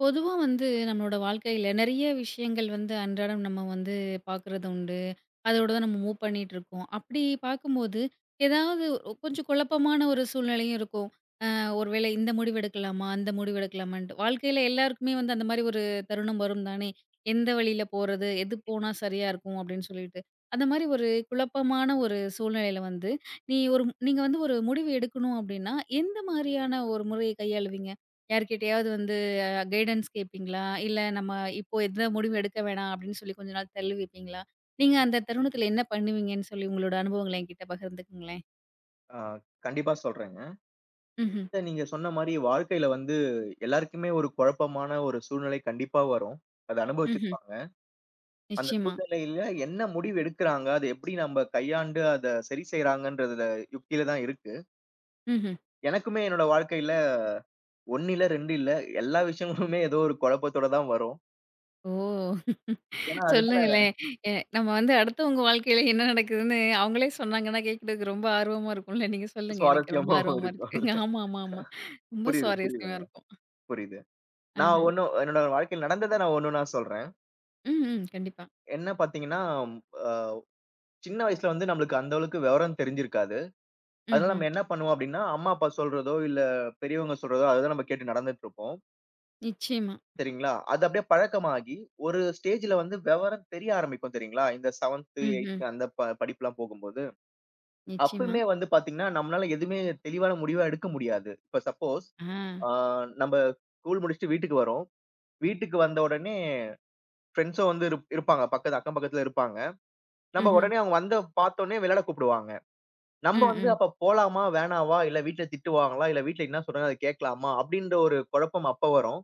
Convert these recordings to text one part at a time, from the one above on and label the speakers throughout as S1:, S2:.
S1: பொதுவா வந்து நம்மளோட வாழ்க்கையில நிறைய விஷயங்கள் வந்து அன்றாடம் நம்ம வந்து பார்க்கறது உண்டு. அதோட தான் நம்ம மூவ் பண்ணிட்டு இருக்கோம். அப்படி பார்க்கும்போது ஏதாவது கொஞ்சம் குழப்பமான ஒரு சூழ்நிலையும் இருக்கும். ஒருவேளை இந்த முடிவு எடுக்கலாமா? அந்த முடிவு எடுக்கலாமான்ட்டு. வாழ்க்கையில எல்லாருக்குமே வந்து அந்த மாரி ஒரு தருணம் வரும் தானே! எந்த வழியில போறது? எது போனா சரியா இருக்கும் அப்டின்னு சொல்லிட்டு. அந்த மாரி ஒரு குழப்பமான ஒரு சூழ்நிலையில வந்து, நீ ஒரு நீங்க வந்து ஒரு முடிவு எடுக்கணும் அப்டின்னா, எந்த மாரியான ஒரு முறைய கையாளுவீங்க? யார்கிட்டயாவது வந்து கைடன்ஸ் கேட்பீங்களா? இல்ல நம்ம இப்போ எந்த முடிவும் எடுக்க வேணாம் அப்டின்னு சொல்லி கொஞ்ச நாள் தள்ளி வைப்பீங்களா? நீங்க அந்த தருணத்தில என்ன பண்ணுவீங்கன்னு சொல்லி உங்களோட அனுபவங்கள என்கிட்ட பகிர்ந்துக்கங்களேன்?
S2: ஆ, கண்டிப்பா சொல்றேங்க.
S1: ம்ஹ்ம்,
S2: நீங்க சொன்ன மாரி வாழ்க்கையில வந்து எல்லாருக்குமே ஒரு குழப்பமான ஒரு சூழ்நிலை கண்டிப்பா வரும். அத
S1: ம்ஹ்ம்.
S2: அனுபவிச்சிருப்பாங்க. அந்த
S1: நிச்சயமா.
S2: சூழ்நிலையில என்ன முடிவு எடுக்குறாங்க? அத எப்படி நம்ம கையாண்டு அத சரி செய்றாங்கன்றதுல யுக்தியில தான் இருக்கு.
S1: ம்ஹ்ம்.
S2: எனக்குமே என்னோட வாழ்க்கையில 1 இல்ல 2 இல்ல எல்லா விஷயங்களுமே ஏதோ ஒரு குழப்பத்தோட தான் வரும்.
S1: ஓ!
S2: ஏன்னா அதனால
S1: சொல்லுங்களேன். நம்ம வந்து அடுத்தவங்க வாழ்க்கையில என்ன நடக்குதுன்னு அவங்களே சொன்னாங்கன்னா, கேட்கறதுக்கு ரொம்ப ஆர்வமா இருக்கும்ல. நீங்க சொல்லுங்க. எனக்கு ரொம்ப
S2: சுவாரஸ்யமாவும்
S1: ஆர்வமா
S2: இருக்கும்.
S1: இருக்கு. ஆமா, ஆமா, ஆமா. ரொம்ப
S2: புரியுது,
S1: சுவாரஸ்யமா
S2: புரியுதுங்க.
S1: இருக்கும்.
S2: புரியுது.
S1: ஆஹா.
S2: நான் ஒண்ணும் என்னோட வாழ்க்கையில நடந்தத நான் ஒண்ணொண்ணா சொல்றேன்.
S1: ம், ம். கண்டிப்பா.
S2: என்ன பார்த்தீங்கன்னா, அ சின்ன வயசுல வந்து நம்மளுக்கு அந்த அளவுக்கு விவரம் தெரிஞ்சிருக்காது. அதனால
S1: ம்ஹ்ம்.
S2: நம்ம என்ன பண்ணுவோம் அப்டின்னா, அம்மா, அப்பா சொல்றதோ, இல்ல பெரியவங்க சொல்றதோ, அதுதான் நம்ம கேட்டு நடந்துட்டுருப்போம்.
S1: நிச்சயமா.
S2: சரிங்களா? அது அப்படியே பழக்கமாகி, ஒரு ஸ்டேஜ்ல வந்து விவரம் தெரிய ஆரம்பிக்கும் தெரியுங்களா? இந்த 7த்,
S1: ம்ஹ்ம்.
S2: 8த் அந்த படிப்புலாம் போகும்போது.
S1: நிச்சயமா.
S2: அப்பயுமே வந்து பாத்தீங்கன்னா, நம்மளால எதுவுமே தெளிவான முடிவா எடுக்க முடியாது. இப்ப சப்போஸ்,
S1: ஆ.
S2: ஆ நம்ப ஸ்கூல் முடிச்சுட்டு வீட்டுக்கு வரோம். வீட்டுக்கு வந்த உடனே ஃபிரெண்ட்ஸும் வந்து இருப்பாங்க. அக்கம் பக்கத்துல இருப்பாங்க. நம்ம
S1: ம்ஹ்ம்.
S2: உடனே அவங்க வந்து பாத்தோனே விளையாட கூப்பிடுவாங்க. நம்ம
S1: ம்,
S2: வந்து
S1: ம்.
S2: அப்ப போலாமா? வேணாவா? இல்ல வீட்ல திட்டுவாங்களா? இல்ல வீட்ல என்ன சொல்றாங்க? அத கேட்கலாமா? அப்டின்ற ஒரு குழப்பம் அப்ப வரும்.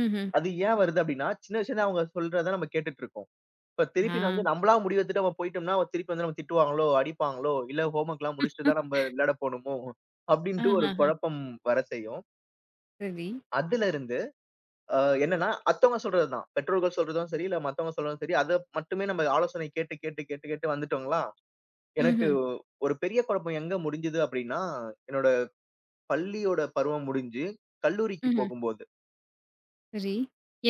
S1: ம்ஹ்ம்.
S2: அது ஏன் வருது அப்டின்னா, சின்ன வயசுலருந்து அவங்க சொல்றத நம்ம கேட்டுட்டுருக்கோம். இப்ப
S1: ஆ.
S2: திருப்பி நான் வந்து நம்மளா முடிவு எடுத்துட்டு நம்ம போயிட்டோம்னா, அவ திருப்பி வந்து நம்ம திட்டுவாங்களோ, அடிப்பாங்களோ, இல்ல ஹோம்வொர்க்லாம் முடிச்சுட்டு தான் நம்ம விளையாட போணுமோ? அப்டின்ட்டு ஒரு
S1: ஆஹாஹா.
S2: குழப்பம் வர செய்யும்.
S1: சரி.
S2: அதுலருந்து அ என்னன்னா, அடுத்தவங்க சொல்றது தான். பெற்றோர்கள் சொல்றதும் சரி, இல்ல மத்தவங்க சொல்றதும் சரி, அத மட்டுமே நம்ம ஆலோசனை கேட்டு, கேட்டு, கேட்டு, கேட்டு வந்துட்டோங்களா, எனக்கு
S1: ம்ஹ்ம்.
S2: ஒரு பெரிய குழப்பம் எங்க முடிஞ்சது அப்டின்னா, என்னோட பள்ளியோட பருவம் முடிஞ்சு, கல்லூரிக்கு
S1: ம்ஹ்ம்.
S2: போகும்போது.
S1: சரி.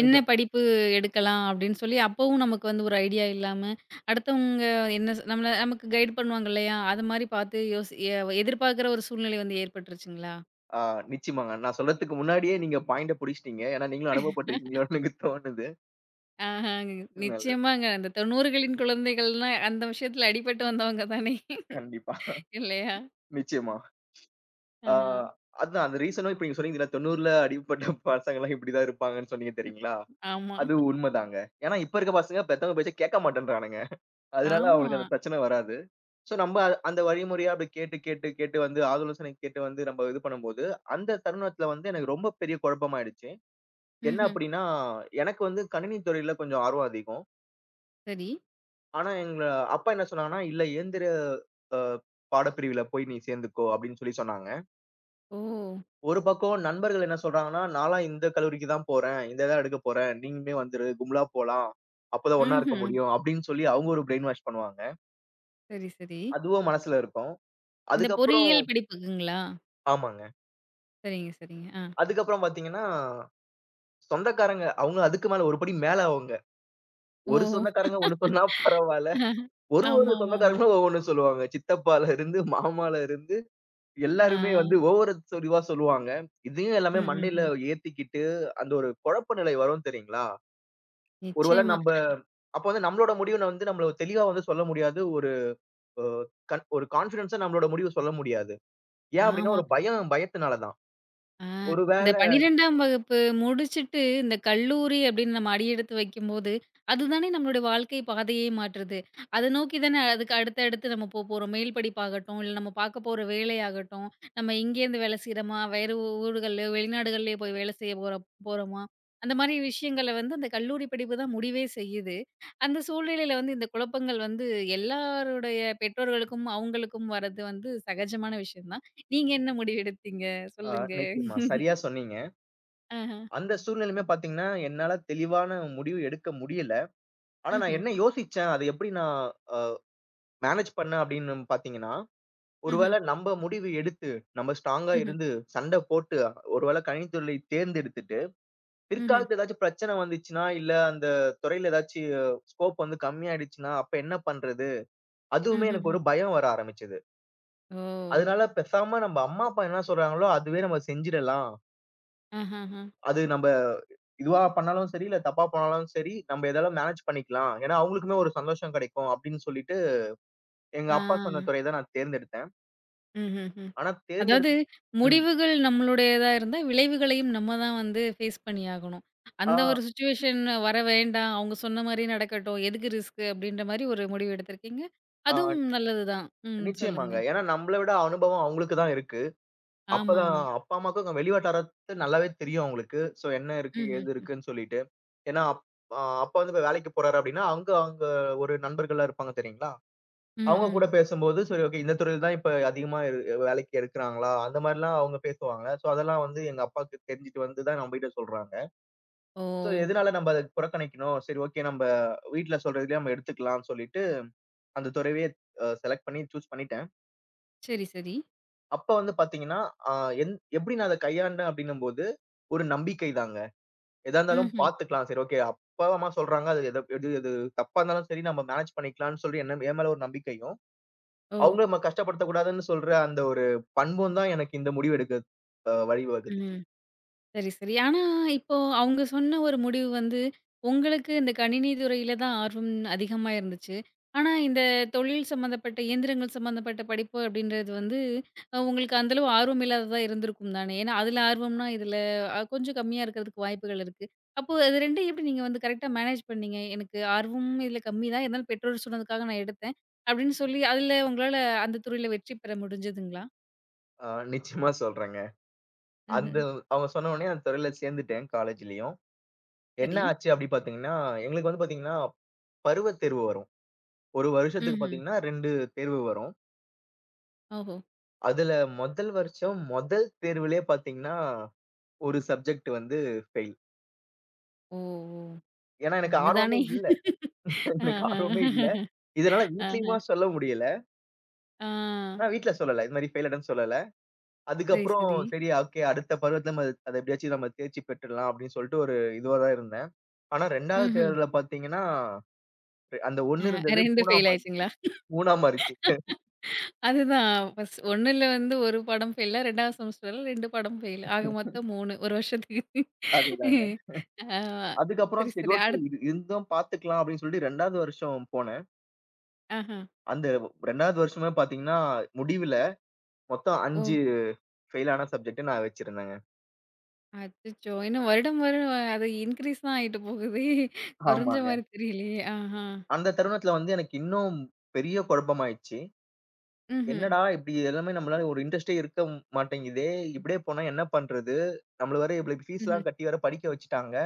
S1: என்ன
S2: நிஜம்.
S1: படிப்பு எடுக்கலாம் அப்படின்னு சொல்லி, அப்பவும் நமக்கு வந்து ஒரு ஐடியா இல்லாம, அடுத்தவங்க என்ன சொ நம்மள நமக்கு கைட் பண்ணுவாங்க இல்லையா? அது மாரி பார்த்து யோசி எ எதிர்பார்க்கிற ஒரு சூழ்நிலை வந்து ஏற்பட்டுருச்சுங்களா?
S2: ஆ நிச்சயமாங்க. நான் சொல்றதுக்கு முன்னாடியே நீங்க பாயிண்ட்ட புடிச்சுட்டீங்க. ஏன்னா நீங்களும் அனுபவப்பட்டுருக்கீங்களோன்னு எனக்கு தோணுது.
S1: ஆஹ
S2: நல்லது.
S1: நிச்சயமாங்க. அந்த 90களின் குழந்தைகள்லாம் அந்த விஷயத்துல அடிபட்டு வந்தவங்க தானே.
S2: கண்டிப்பா.
S1: இல்லையா?
S2: நிச்சயமா. ஆ
S1: ஆஹ.
S2: அதுதான் அந்த ரீசனும் இப்ப நீங்க சொன்னீங்கல்ல 90ல அடிபட்ட பசங்கலாம் இப்படிதான் இருப்பாங்கன்னு சொன்னீங்க தெரியுங்களா?
S1: ஆமா.
S2: அது உண்மதாங்க. ஏன்னா இப்ப இருக்க பசங்க பெத்தவங்க பேச்ச கேட்க மாட்டேன்றானுங்க. அதனால
S1: ஆமா.
S2: அவங்களுக்கு அந்த பிரச்சனை வராது. சோ நம்ம அந்த வழிமுறையா அப்படி கேட்டு, கேட்டு, கேட்டு வந்து ஆலோசனை கேட்டு வந்து நம்ம இது பண்ணும்போது, அந்த தருணத்துல வந்து எனக்கு ரொம்ப பெரிய குழப்பமாயிடுச்சு. என்ன
S1: ம்ஹ்ம்.
S2: அப்படின்னா, எனக்கு வந்து கணினி துறையில கொஞ்சம் ஆர்வம் அதிகம்.
S1: சரி.
S2: ஆனா, எங்க அப்பா என்ன சொன்னாங்கன்னா, "இல்ல இயந்திர அ பாடப்பிரிவில போய் நீ சேர்ந்துக்கோ" அப்படின்னு சொல்லி சொன்னாங்க.
S1: ஓ!
S2: ஒரு பக்கம் நண்பர்கள் என்ன சொல்றாங்கன்னா, "நான்லாம் இந்த கல்லூரிக்கு தான் போறேன். இந்த இதான் எடுக்கப் போறேன். நீயுமே வந்துரு. கும்பலா போலாம். அப்பதான் ஒண்ணா இருக்க
S1: ம்ஹ்ம்.
S2: முடியும்" அப்படின்னு சொல்லி அவங்க ஒரு பிரெயின் வாஷ் பண்ணுவாங்க.
S1: சரி, சரி.
S2: அதுவும் மனசுல இருக்கும்.
S1: இந்த
S2: அதுக்கப்புறம்
S1: பொறியியல் படிப்புக்குங்களா?
S2: ஆமாங்க.
S1: சரிங்க, சரிங்க. ஆ.
S2: அதுக்கப்புறம் பார்த்தீங்கன்னா, சொந்தக்காரங்க அவங்க அதுக்கு மேல ஒரு படி மேல அவங்க. ஒரு
S1: ஓ!
S2: சொந்தக்காரங்க ஒண்ணு சொன்னா பரவால்ல. ஒரு ஒரு
S1: ஆமாமாமா.
S2: சொந்தக்காரங்களும் ஒவ்வொன்னு சொல்லுவாங்க. சித்தப்பால இருந்து, மாமால இருந்து
S1: ஆ.
S2: எல்லாருமே வந்து ஒவ்வொரு சொரிவா சொல்லுவாங்க. இதையும் எல்லாமே
S1: ம்,
S2: மண்டையில
S1: ம்ஹ்ம்.
S2: ஏத்திக்கிட்டு, அந்த ஒரு குழப்ப நிலை வரும் தெரியுங்களா? ஒருவேள
S1: நிச்சயமா.
S2: நம்ப அப்ப வந்து நம்மளோட முடிவு வந்து நம்மள தெளிவா வந்து சொல்ல முடியாது. ஒரு அ ஒரு கான்ஃபிடன்ஸா நம்மளோட முடிவு சொல்ல முடியாது. ஏன் அப்டின்னா,
S1: ஆமா.
S2: ஒரு பயம் பயத்தினால தான்.
S1: ஆ, இந்த
S2: ஒருவேள
S1: 12ஆம் வகுப்பு முடிச்சுட்டு, இந்த கல்லூரி அப்படின்னு நம்ம அடியெடுத்து வைக்கும்போது, அதுதானே நம்மளுடைய வாழ்க்கை பாதையே மாற்றுது. அத நோக்கி தானே அதுக்கு அடுத்து அடுத்து நம்ம போறோம். மேல் படிப்பாகட்டும், இல்ல நம்ம பார்க்க போற வேலையாகட்டும், நம்ம இங்கேருந்து வேலை செய்றோமா, வேறு ஊர்கள்லயோ, வெளிநாடுகள்லயோ போய் வேலை செய்ய போறோமா, அந்த மாரி விஷயங்கள வந்து அந்த கல்லூரி படிப்பு தான் முடிவே செய்யுது. அந்த சூழ்நிலையில வந்து இந்த குழப்பங்கள் வந்து எல்லாருடைய பெற்றோர்களுக்கும், அவங்களுக்கும் வர்றது வந்து சகஜமான விஷயம் தான். நீங்க என்ன முடிவெடுத்தீங்க?
S2: அ
S1: சொல்லுங்க.
S2: நிச்சயமா சரியா சொன்னீங்க.
S1: ఆహా!
S2: அந்த சூழ்நிலையுமே பாத்தீங்கன்னா, என்னால தெளிவான முடிவு எடுக்க முடியல. ஆனா
S1: హుహు.
S2: நான் என்ன யோசிச்சேன், அத எப்டி நான் அ மேனேஜ் பண்ணேன் அப்டின்னு பாத்தீங்கன்னா,
S1: హుహు.
S2: ஒருவேள நம்ப முடிவு எடுத்து, நம்ம ஸ்ட்ராங்கா
S1: హుహు.
S2: இருந்து சண்ட போட்டு, ஒருவேள கணினித்துறை தேர்ந்தெடுத்துட்டு,
S1: హుహు.
S2: பிற்காலத்துல ஏதாச்சும் பிரச்சனை வந்துச்சுன்னா, இல்ல அந்த துறையில ஏதாச்சு ஸ்கோப் வந்து கம்மியாயிடுச்சுன்னா, அப்ப என்ன பண்றது? அதுவுமே எனக்கு
S1: హుహుహు.
S2: ஒரு பயம் வர ஆரம்பிச்சது.
S1: ఓహ్!
S2: அதனால பேசாம நம்ம அம்மா, அப்பா என்ன சொல்றாங்களோ அதுவே நம்ம செஞ்சிடலாம்.
S1: ఆహాహా!
S2: அது நம்ப இதுவா பண்ணாலும் சரி, இல்ல தப்பா பண்ணாலும் சரி, நம்ம எதாலும் மேனேஜ் பண்ணிக்கலாம். ஏன்னா, அவங்களுக்குமே ஒரு சந்தோஷம் கிடைக்கும் அப்படின்னு சொல்லிட்டு, எங்க அப்பா
S1: ఆ!
S2: சொன்ன துறைய தான் நான் தேர்ந்தெடுத்தேன்.
S1: హుహుహు.
S2: ஆனா
S1: அதாவது
S2: தேர்ந்தெடுத் ம்.
S1: முடிவுகள் நம்மளுடையதா இருந்தா, விளைவுகளையும் நம்ம தான் வந்து ஃபேஸ் பண்ணி ஆகணும்.
S2: ஆ,
S1: அந்த ஒரு சிச்சுவேஷன் வர வேண்டாம். அவங்க சொன்ன மாரி நடக்கட்டும். எதுக்கு ரிஸ்க் அப்படின்ற மாரி ஒரு முடிவு எடுத்திருக்கீங்க. அதுவும்
S2: ஆ.
S1: நல்லது தான். ம். சொல்லுங்க.
S2: நிச்சயமாங்க. ஏன்னா நம்மள விட அனுபவம் அவங்களுக்கு தான் இருக்கு. அப்பதான்
S1: ஆமாமா.
S2: அப்பா, அம்மாவுக்கும் வெளி வட்டாரத்து நல்லாவே தெரியும் அவங்களுக்கு. சோ என்ன இருக்கு, ஏது
S1: ம்ஹ்ஹ்ம்.
S2: இருக்குன்னு சொல்லிட்டு. ஏன்னா அப் அ அப்பா வந்து இப்ப வேலைக்கு போறாரு அப்படின்னா, அங்க அவங்க ஒரு நண்பர்கள்லாம் இருப்பாங்க தெரியுங்களா?
S1: ம்,
S2: அவங்க
S1: ம்.
S2: கூட பேசும்போது சரி ஓகே இந்த துறையில தான் இப்ப அதிகமா வேலைக்கு எடுக்குறாங்களா? அந்த மாரிலாம் அவங்க பேசுவாங்க. சோ அதெல்லாம் வந்து எங்க அப்பாவுக்கு தெரிஞ்சுட்டு வந்து தான் நம்மகிட்ட சொல்றாங்க.
S1: ஓ!
S2: சோ எதனால நம்ம அத புறக்கணிக்கணும்? சரி ஓகே நம்ம வீட்ல சொல்றதுலயே நம்ம எடுத்துக்கலாம்னு சொல்லிட்டு, அந்த துறையவே செலக்ட் பண்ணி சூஸ் பண்ணிட்டேன்.
S1: சரி, சரி.
S2: அப்ப வந்து பாத்தீங்கன்னா, அ எப்படி நான் அத கையாண்டேன் அப்படின்னும்போது, ஒரு நம்பிக்கை தாங்க. எதா இருந்தாலும்
S1: ம்ஹ்ம்.
S2: பாத்துக்கலாம். சரி ஓகே அப்பா, அம்மா சொல்றாங்க. அது எத எது எது தப்பா இருந்தாலும் சரி நம்ம மேனேஜ் பண்ணிக்கலாம்ன்னு சொல்லி என்ன என் மேல ஒரு நம்பிக்கையும்,
S1: ஓ!
S2: அவங்கள நம்ம கஷ்டப்படுத்தக்கூடாதுன்னு சொல்ற அந்த ஒரு பண்பும் தான் எனக்கு இந்த முடிவு எடுக்க வழிவகுத்துச்சு.
S1: ம். சரி, சரி. ஆனா, இப்போ அவங்க சொன்ன ஒரு முடிவு வந்து, உங்களுக்கு இந்த கணினி துறையில தான் ஆர்வம் அதிகமா இருந்துச்சு. ஆனா, இந்த தொழில் சம்மந்தப்பட்ட இயந்திரங்கள் சம்மந்தப்பட்ட படிப்பு அப்படின்றது வந்து, உங்களுக்கு அந்த அளவு ஆர்வம் இல்லாததா இருந்திருக்கும் தானே? ஏன்னா, அதில ஆர்வம்னா, இதில கொஞ்சம் கம்மியா இருக்கிறதுக்கு வாய்ப்புகள் இருக்கு. அப்போ அது 2யும் எப்படி நீங்க வந்து கரெக்ட்டா மேனேஜ் பண்ணீங்க? எனக்கு ஆர்வமும் இதில கம்மி தான். இருந்தாலும் பெற்றோர் சொன்னதுக்காக நான் எடுத்தேன். அப்படின்னு சொல்லி, அதில உங்களால அந்த துறையில வெற்றி பெற முடிஞ்சதுங்களா?
S2: அ நிச்சயமா சொல்றேங்க.
S1: ம்ஹ்ம்.
S2: அந்த அவங்க சொன்ன உடனே அந்த துறையில சேர்ந்துட்டேன் காலேஜ்லயும். என்ன
S1: சரி.
S2: ஆச்சு அப்படி பாத்தீங்கன்னா, எங்களுக்கு வந்து பாத்தீங்கன்னா, பருவத் தேர்வு வரும். ஒரு வருஷத்துக்கு
S1: ம்ஹ்ம்.
S2: பாத்தீங்கன்னா 2 தேர்வு வரும்.
S1: ஓஹோ!
S2: அதுல முதல் வருஷம் முதல் தேர்விலேயே பார்த்தீங்கன்னா, ஒரு சப்ஜெக்ட் வந்து ஃபெயில்.
S1: ஓ! ஓ!
S2: ஏன்னா எனக்கு ஆர்வமே
S1: ஒண்ணுதானே.
S2: இல்ல. எனக்கு ஆர்வமே இல்ல.
S1: ஆஹா.
S2: இதனால
S1: ஆஹா.
S2: வீட்லயுமா சொல்ல முடியல.
S1: ஆ.
S2: நான் வீட்ல சொல்லல. இது மாரி ஃபெயில் ஆயிட்டேன்னு சொல்லல.
S1: சரி,
S2: அதுக்கப்புறம்
S1: சரி.
S2: சரி ஓகே அடுத்த பருவத்துல நம்ம அத எப்படியாச்சும் நம்ம தேர்ச்சி பெற்றுடலாம் அப்படின்னு சொல்லிட்டு ஒரு இதுவா தான் இருந்தேன். ஆனா 2வது
S1: ம்ஹ்ம்.
S2: தேர்வுல பார்த்தீங்கன்னா, அந்த
S1: அ
S2: 1 இருந்தது
S1: 2
S2: 3ஆ
S1: ஃபெயில்
S2: மாறி
S1: ஆயிருச்சுங்களா?
S2: 3ஆ மாறிச்சு.
S1: அதுதான் ஃபர்ஸ்ட் 1ல வந்து 1 பாடம் ஃபெயிலா, 2வது செமஸ்டர்ல 2 பாடம் ஃபெயில். ஆக மொத்தம் 3 1 வருஷத்துக்கு.
S2: அதுதாங்க.
S1: ஆ சரி,
S2: அதுக்கப்புறம் சரி
S1: சரி.
S2: ஓகே இது இருந்தும் பார்த்துக்கலாம் அப்படின்னு சொல்லிட்டு 2வது வருஷம் போனேன்.
S1: ஆஹா.
S2: அந்த 2வது வருஷமே பார்த்தீங்கன்னா, முடிவுல மொத்தம்
S1: ஓ!
S2: 5 ஃபெயிலான சப்ஜெக்ட் நான் வச்சிருந்தேங்க.
S1: அச்சச்சோ! இன்னும் வருடம் வரும் அது இன்கிரீஸ் தான் ஆயிட்டு போகுதே! கொறைஞ்ச
S2: ஆமாங்க.
S1: மாரி தெரியலையே! ஆஹா.
S2: அந்த தருணத்துல வந்து எனக்கு இன்னும் பெரிய குழப்பமாயிடுச்சு.
S1: ம்ஹ்ம்.
S2: என்னடா இப்படி எல்லாமே நம்மளால ஒரு இன்ட்ரெஸ்ட்டே இருக்க மாட்டேங்குதே! இப்படியே போனா என்ன பண்றது? நம்மள வேற இவ்வளோ
S1: ம்ஹ்ம்.
S2: ஃபீஸ்லாம் கட்டி வேற படிக்க வச்சுட்டாங்க.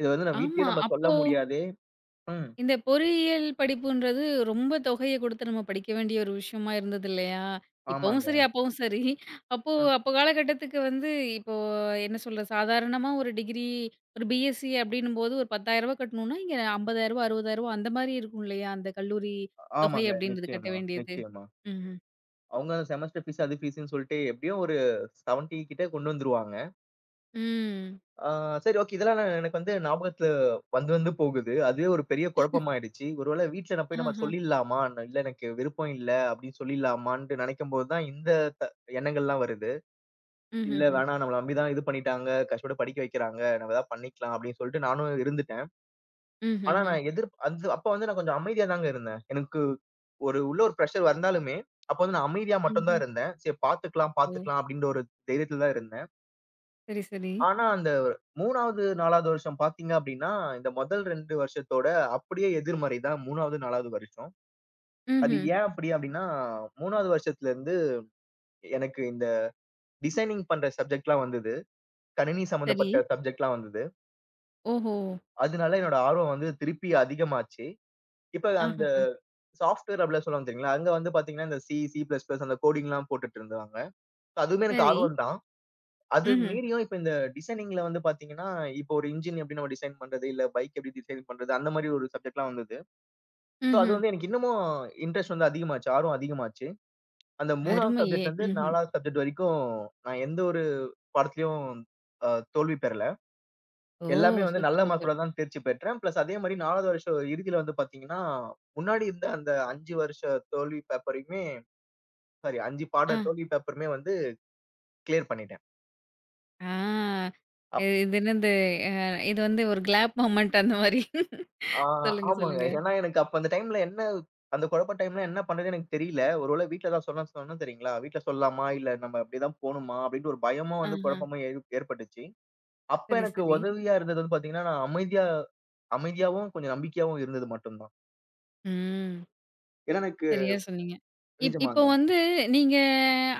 S2: இத வந்து நான் வீட்லயே
S1: ஆமா.
S2: நம்ம
S1: அப்ப
S2: சொல்ல முடியாதே! ம்.
S1: இந்த பொறியியல் படிப்புன்றது ரொம்ப தொகைய குடுத்து நம்ம படிக்க வேண்டிய ஒரு விஷயமா இருந்தது இல்லையா? இப்பவும்
S2: ஆமாங்க.
S1: சரி, அப்பவும் சரி. அப்போ
S2: ம்.
S1: அப்போ காலகட்டத்துக்கு வந்து இப்போ என்ன சொல்றது? சாதாரணமா ஒரு டிகிரி ஒரு பிஎஸ்சி அப்டின்னும்போது ஒரு ரூ. 10,000 கட்டணும்னா, இங்க ரூ. 50,000 ரூ. 60,000 அந்த மாரி இருக்கும் இல்லையா? அந்த கல்லூரி தொகை
S2: ஆமாங்க.
S1: அப்டின்றது கட்ட
S2: நிச்சயமா,
S1: வேண்டியது.
S2: நிச்சயமா.
S1: ம்ஹ்ம்.
S2: அவங்க செமஸ்டர் ஃபீஸ் அது ஃபீஸ்ன்னு சொல்லிட்டு எப்படியும் ஒரு 70 கிட்ட கொண்டு வந்துருவாங்க.
S1: ம்.
S2: ஆ சரி ஓகே. இதெல்லாம் நான் எனக்கு வந்து ஞாபகத்துல வந்து வந்து போகுது. அதுவே ஒரு பெரிய குழப்பமாயிடுச்சு. ஒருவேளை வீட்ல நான் போய் நம்ம
S1: ஆஹா.
S2: சொல்லிடலாமா? நான் இல்ல எனக்கு விருப்பம் இல்ல அப்படின்னு சொல்லிடலாமான்ட்டு நினைக்கும்போது தான் இந்த த எண்ணங்கள்லாம் வருது. இல்ல
S1: ம்ஹ்ஹ்ம்.
S2: வேணாம் நம்மள நம்பி தான் இது பண்ணிட்டாங்க. கஷ்டப்பட்டு படிக்க வைக்கிறாங்க. நம்ம ஏதாவது பண்ணிக்கலாம் அப்படின்னு சொல்லிட்டு நானும் இருந்துட்டேன். ஆனா
S1: ம்ஹ்ஹ்ம்.
S2: நான் எதிர் அது அப்ப வந்து நான் கொஞ்சம் அமைதியா தாங்க இருந்தேன். எனக்கு ஒரு உள்ள ஒரு பிரஷர் வந்தாலுமே, அப்ப வந்து நான் அமைதியா மட்டும் தான்
S1: ம்ஹ்ம்.
S2: இருந்தேன். சரி பார்த்துக்கலாம்,
S1: ஓ!
S2: பார்த்துக்கலாம் அப்படின்ற ஒரு தைரியத்துல தான் இருந்தேன்.
S1: சரி, சரி.
S2: ஆனா, அந்த 3வது, 4வது வருஷம் பார்த்தீங்க அப்டின்னா, இந்த முதல் 2 வருஷத்தோட அப்படியே எதிர்மறை தான் 3வது, 4வது வருஷம். அது
S1: ம்ஹ்ம்.
S2: ஏன் அப்படி அப்டின்னா, 3வது வருஷத்துலருந்து எனக்கு இந்த டிசைனிங் பண்ற சப்ஜெக்ட்லாம் வந்தது. கணினி
S1: சரி.
S2: சம்மந்தப்பட்ட சப்ஜெக்ட்லாம் வந்தது.
S1: ஓஹோ!
S2: அதனால என்னோட ஆர்வம் வந்து திருப்பி அதிகமாச்சு. இப்ப அந்த
S1: ஆஹஹ.
S2: சாஃப்ட்வேர் அப்படிலாம் சொல்லுவாங்க தெரியுங்களா? அங்க வந்து பார்த்தீங்கன்னா, இந்த சி, சி++, பிளஸ் பிளஸ் அந்த கோடிங்லாம் போட்டுட்டு இருந்தாங்க. அதுவுமே எனக்கு
S1: சரி.
S2: ஆர்வம் தான். அது
S1: ம்ஹ்ம்.
S2: மீறியும் இப்ப இந்த டிசைனிங்ல வந்து பாத்தீங்கன்னா, இப்போ ஒரு இன்ஜின் எப்படி நம்ம டிசைன் பண்றது, இல்ல பைக் எப்படி டிசைன் பண்றது, அந்த மாரி ஒரு சப்ஜெக்ட்லாம் வந்தது. சோ, அது
S1: ம்ஹ்ம்.
S2: வந்து எனக்கு இன்னமும் இன்ட்ரெஸ்ட் வந்து அதிகமாச்சு. ஆர்வம் அதிகமாச்சு. அந்த 3வது
S1: அருமையே!
S2: சப்ஜெக்ட் வந்து
S1: ம்ஹ்ம்.
S2: 4வது சப்ஜெக்ட் வரைக்கும் நான் எந்த ஒரு பாடத்திலயும் அ தோல்வி பெறல.
S1: ஓ!
S2: எல்லாமே வந்து
S1: சூப்பர்,
S2: நல்ல
S1: சூப்பர்.
S2: மார்க்கோட தான் தேர்ச்சி பெற்றேன். பிளஸ் அதே மாரி 4வது வருஷம் இறுதியில வந்து பாத்தீங்கன்னா, முன்னாடி இருந்த அந்த 5 வருஷ தோல்வி பேப்பரையுமே சாரி 5 பாட
S1: ஆ,
S2: தோல்வி பேப்பருமே வந்து கிளியர் பண்ணிட்டேன்.
S1: ஆ. இது இது என்னது அ இது வந்து ஒரு கிளாப் மொமெண்ட் அந்த மாரி.
S2: ஆ
S1: சொல்லுங்க,
S2: ஆமாங்க.
S1: சொல்லுங்க.
S2: ஏன்னா எனக்கு அப்ப அந்த டைம்ல என்ன அந்த குழப்ப டைம்ல என்ன பண்றதுன்னு எனக்கு தெரியல. ஒருவேளை வீட்ல ஏதாவது சொன்னா சொன்னேன் தெரியுங்களா? வீட்ல சொல்லாமா? இல்ல நம்ம அப்படிதான் போணுமா? அப்படின்ட்டு ஒரு பயமும் வந்து
S1: ஆஹா.
S2: குழப்பமும் ஏற்பட்டுச்சு. அப்ப
S1: சரி,
S2: எனக்கு
S1: சரி.
S2: உதவியா இருந்தது வந்து பார்த்தீங்கன்னா, நான் அமைதியா அமைதியாவும் கொஞ்சம் நம்பிக்கையாவும் இருந்தது மட்டும் தான்.
S1: ம்.
S2: ஏன்னா எனக்கு
S1: சரியா சொன்னீங்க. இப்போ
S2: நிஜமாங்க.
S1: வந்து நீங்க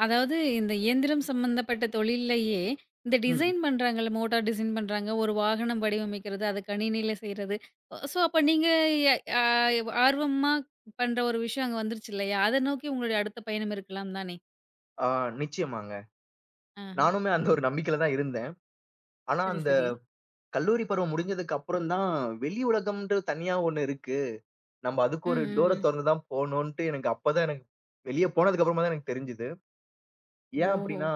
S1: அதாவது இந்த இயந்திரம் சம்மந்தப்பட்ட தொழில்லயே, இந்த
S2: ம்.
S1: டிசைன் பண்றாங்கல்ல, மோட்டார் டிசைன் பண்றாங்க, ஒரு வாகனம் வடிவமைக்கிறது, அத கணினியில செய்றது. ஸோ அப்ப நீங்க எ அ ஆர்வமா பண்ற ஒரு விஷயம் அங்க வந்துருச்சு இல்லையா? அத நோக்கி உங்களுடைய அடுத்த பயணம் இருக்கலாம் தானே?
S2: ஆ நிச்சயமாங்க.
S1: ஆஹ.
S2: நானுமே அந்த ஒரு நம்பிக்கையில தான் இருந்தேன். ஆனா
S1: சரி,
S2: அந்த
S1: சரி.
S2: கல்லூரி பருவம் முடிஞ்சதுக்கு அப்புறம் தான் வெளி உலகம்ன்றது தனியா ஒண்ணு இருக்கு. நம்ம அதுக்கு
S1: ம்,
S2: ஒரு
S1: ம்,
S2: டோர
S1: ம்.
S2: தொறந்து தான் போணுன்ட்டு எனக்கு அப்பதான் எனக்கு வெளிய போனதுக்கு அப்புறமா தான் எனக்கு தெரிஞ்சுது. ஏன்
S1: ஓஹோ!
S2: அப்படின்னா,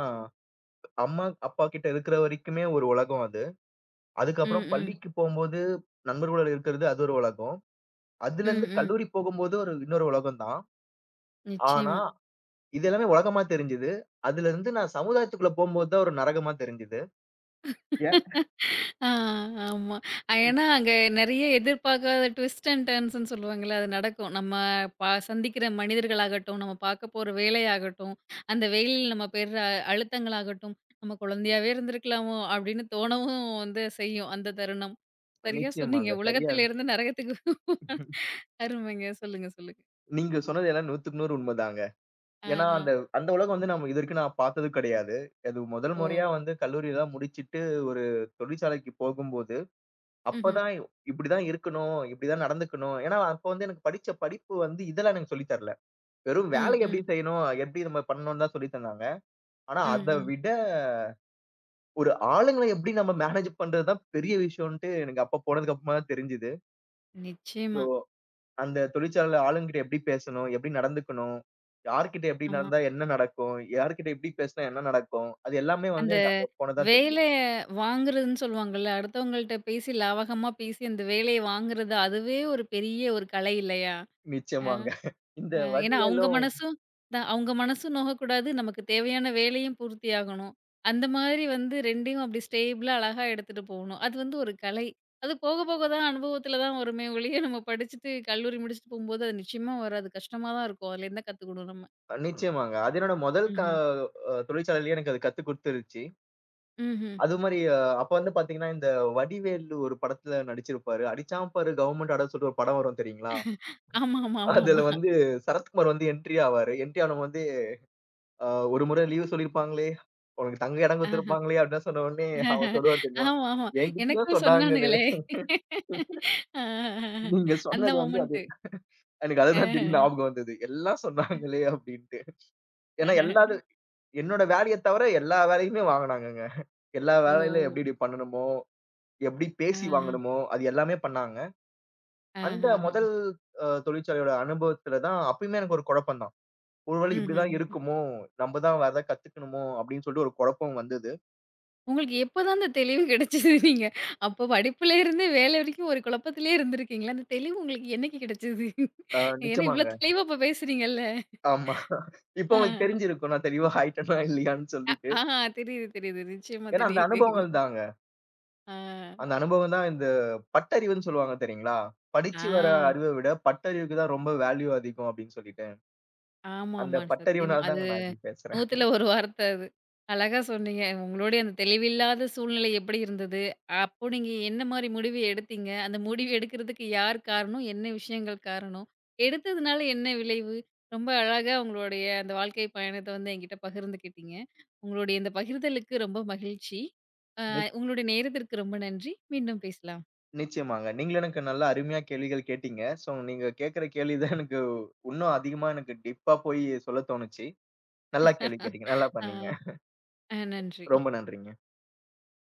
S2: அம்மா, அப்பா கிட்ட இருக்கிற வரைக்குமே ஒரு உலகம் அது.
S1: ம்,
S2: அதுக்கப்புறம்
S1: ம்.
S2: பள்ளிக்கு போம்போது நண்பர்களோட இருக்கிறது அது ஒரு உலகம்.
S1: ம்,
S2: அதுலருந்து
S1: ம்.
S2: கல்லூரி போகும்போது ஒரு இன்னொரு உலகம் தான். ஆனா,
S1: நிச்சயமா.
S2: இது எல்லாமே உலகமா தெரிஞ்சது. அதுலருந்து நான் சமுதாயத்துக்குள்ள போம்போது தான் ஒரு நரகமா தெரிஞ்சது. ஏன்?
S1: ஆ ஆமா. ஏன்னா அங்க நெறைய எதிர்பார்க்காத ட்விஸ்ட் அண்ட் டர்ன்ஸ்ன்னு சொல்லுவாங்கல்ல, அது நடக்கும். நம்ம சந்திக்கிற மனிதர்களாகட்டும், நம்ம பார்க்க போற வேலையாகட்டும், அந்த வேலையில நம்ம அழுத்தங்களாகட்டும், நம்ம குழந்தையாவே இருந்திருக்கலாமோ! அப்படின்னு தோணவும் வந்து செய்யும் அந்த தருணம். சரியா சொன்னீங்க.
S2: நிச்சயமாங்க. சரியா
S1: உலகத்திலிருந்து நரகத்துக்கு அருமைங்க. சொல்லுங்க, சொல்லுங்க.
S2: நீங்க சொன்னது எல்லாம் 100க்கு 100 உண்மதாங்க.
S1: ஆ,
S2: ஏன்னா,
S1: ஆ.
S2: அந்த அந்த உலகம் வந்து நம்ம இதுவரைக்கும் நான் பார்த்தது கிடையாது. அது முதல்
S1: ஓ!
S2: முறையா வந்து கல்லூரியெல்லாம் முடிச்சுட்டு ஒரு தொழிற்சாலைக்கு போகும்போது
S1: ம்ஹ்ம்.
S2: அப்பதான் இப்படிதான் இருக்கணும், இப்படிதான் நடந்துக்கணும். ஏன்னா, அப்ப வந்து எனக்கு படிச்ச படிப்பு வந்து இதெல்லாம் எனக்கு சொல்லித் தரல. வெறும்
S1: ம்,
S2: வேலை எப்படி
S1: ம்.
S2: செய்யணும், எப்படி நம்ம பண்ணணும்னு தான் சொல்லித் தந்தாங்க. ஆனா,
S1: ம்,
S2: அத
S1: ம்.
S2: விட ஒரு ஆளுங்கள எப்படி நம்ம மேனேஜ் பண்றது தான் பெரிய விஷயம்ன்ட்டு எனக்கு அப்ப போனதுக்கு அப்புறமா தான் தெரிஞ்சுது.
S1: நிச்சயமா.
S2: அந்த தொழிற்சாலையில ஆளுங்ககிட்ட எப்படி பேசணும், எப்படி நடந்துக்கணும், யார்கிட்ட எப்படி
S1: ஆமா.
S2: நடந்தா என்ன நடக்கும், யார்கிட்ட எப்படி பேசினா என்ன நடக்கும், அது எல்லாமே வந்து
S1: அந்த
S2: எனக்கு அங்க போனது தான் தெரிஞ்சது.
S1: வேலைய வாங்குறதுன்னு சொல்லுவாங்கல்ல. அடுத்தவங்கள்ட்ட பேசி லாவகமா பேசி அந்த வேலைய வாங்குறது, அதுவே ஒரு பெரிய ஒரு கலை இல்லையா? அ
S2: நிச்சயமாங்க. இந்த
S1: அ ஏன்னா
S2: வடிவேலும்
S1: அவங்க மனசும் நோகக்கூடாது. நமக்கு தேவையான வேலையும் பூர்த்தியாகணும். அந்த மாதிரி வந்து 2யும் அப்படி ஸ்டேபிளா அழகா எடுத்துட்டு போகணும். அது வந்து ஒரு கலை. அது போக போக தான் அனுபவத்தில தான் வருமே ஒழிய, நம்ம படிச்சுட்டு கல்லூரி முடிச்சுட்டு போம்போது அது நிச்சயமா வராது. கஷ்டமா தான் இருக்கும். அதுலேருந்து தான் கத்துக்கணும் நம்ம.
S2: நிச்சயமாங்க. அது என்னோட முதல் க
S1: ம்ஹ்ம்.
S2: அ தொழிற்சாலையிலேயே எனக்கு அது கத்து குடுத்துருச்சு.
S1: ம்ஹ்ம்.
S2: அது மாரி அப்ப வந்து பார்த்தீங்கன்னா, இந்த வடிவேலு ஒரு படத்துல நடிச்சிருப்பாரு. "அடிச்சான் பாரு கவர்மெண்ட் அடன்னு" சொல்லிட்டு ஒரு படம் வரும் தெரியுங்களா?
S1: ஆமா, ஆமா, ஆமா,
S2: அதுல
S1: ஆமா.
S2: வந்து சரத்குமார் வந்து என்ட்ரி ஆவாரு. என்ட்ரி ஆனவங்க வந்து அ "ஒரு முறை லீவ் சொல்லியிருப்பாங்களே, உனக்கு தங்க இடம்
S1: ஆஹ.
S2: குடுத்துருப்பாங்களே" அப்படின்னு சொன்ன உடனே அவன் சொல்லுவான் தெரியுமா?
S1: ஆமா, ஆமா.
S2: "என்கிட்டயும்
S1: எனக்கும்
S2: சொன்னாங்களே,
S1: சொன்னானுங்களே. ஆ,
S2: நீங்க
S1: அந்த
S2: சொன்னது வந்து அது."
S1: மொமெண்ட்டு.
S2: எனக்கு அதுதான் திடீர்னு
S1: அஹ,
S2: ஞாபகம் வந்தது. "எல்லாம் சொன்னாங்களே" அப்படின்ட்டு. ஏன்னா எல்லாது என்னோட வேலைய தவிர எல்லா வேலையுமே வாங்குனாங்கங்க. எல்லா வேலையிலும்
S1: ஓ!
S2: எப்படி எப்படி பண்ணணுமோ, எப்படி பேசி
S1: ஆஹா,
S2: வாங்கணுமோ, அது எல்லாமே பண்ணாங்க. அந்த முதல்
S1: ஆஹாஹா.
S2: தொழிற்சாலையோட அனுபவத்துல தான் அப்பயுமே எனக்கு ஒரு குழப்பம் தான். ஒருவேளை இப்படிதான்
S1: ம்ஹ்ஹ்ம்.
S2: இருக்குமோ! நம்ம தான் வேற ஏதாவது கத்துக்கணுமோ! அப்படின்னு சொல்லிட்டு ஒரு குழப்பம் வந்தது.
S1: உங்களுக்கு எப்பதான் அந்த தெளிவு கிடைச்சது? நீங்க அப்போ படிப்புல இருந்து வேலை வரைக்கும் ஒரு குழப்பத்திலேயே இருந்திருக்கீங்களா? அந்த தெளிவு உங்களுக்கு என்னைக்கு கிடைச்சது?
S2: அ
S1: ஏன்னா இவ்ளோ
S2: நிச்சயமாங்க.
S1: தெளிவா இப்ப பேசுறீங்கல்ல.
S2: ஆமா. இப்போ
S1: ஆ,
S2: உங்களுக்கு தெரிஞ்சிருக்கும். நான் தெளிவா ஆயிட்டேனா இல்லையான்னு சொல்லிட்டு.
S1: அ ஆ தெரியுது, தெரியுது. நிச்சயமா
S2: ஏன்னா அந்த
S1: தெரியுது.
S2: அனுபவங்கள் தாங்க.
S1: ஆ,
S2: அந்த அனுபவம் தான் இந்த பட்டறிவுன்னு சொல்லுவாங்க தெரியுங்களா? படிச்சு வர
S1: ஆ.
S2: அறிவ விட பட்டறிவுக்கு தான் ரொம்ப வேல்யூ அதிகம் அப்படின்னு சொல்லிட்டு. அந்த
S1: ஆமாமா. சத்தியமா.
S2: பட்டறிவுனால
S1: அது
S2: தாங்க நான் இப்படி பேசுறேன்.
S1: 100ல 1 வார்த்தை அது. அழகா சொன்னீங்க. உங்களுடைய அந்த தெளிவில்லாத சூழ்நிலை எப்படி இருந்தது? அப்போ நீங்க என்ன மாரி முடிவு எடுத்தீங்க? அந்த முடிவு எடுக்கிறதுக்கு யார் காரணம்? என்ன விஷயங்கள் காரணம்? எடுத்ததுனால என்ன விளைவு? ரொம்ப அழகா உங்களுடைய அந்த வாழ்க்கை பயணத்த வந்து என்கிட்ட பகிர்ந்துக்கிட்டீங்க. உங்களுடைய இந்த பகிர்தலுக்கு ரொம்ப மகிழ்ச்சி. உங்களுடைய நேரத்திற்கு ரொம்ப நன்றி. மீண்டும் பேசலாம்.
S2: நிச்சயமாங்க. நீங்களும் எனக்கு நல்லா அருமையா கேள்விகள் கேட்டீங்க. ஸோ நீங்க கேட்கிற கேள்வி தான் எனக்கு இன்னும் அதிகமா எனக்கு டீப்பா போய் சொல்லத் தோணுச்சு. நல்லா கேள்வி கேட்டீங்க. நல்லா பண்ணீங்க.
S1: ஆ, ஆ நன்றி.
S2: ரொம்ப நன்றிங்க.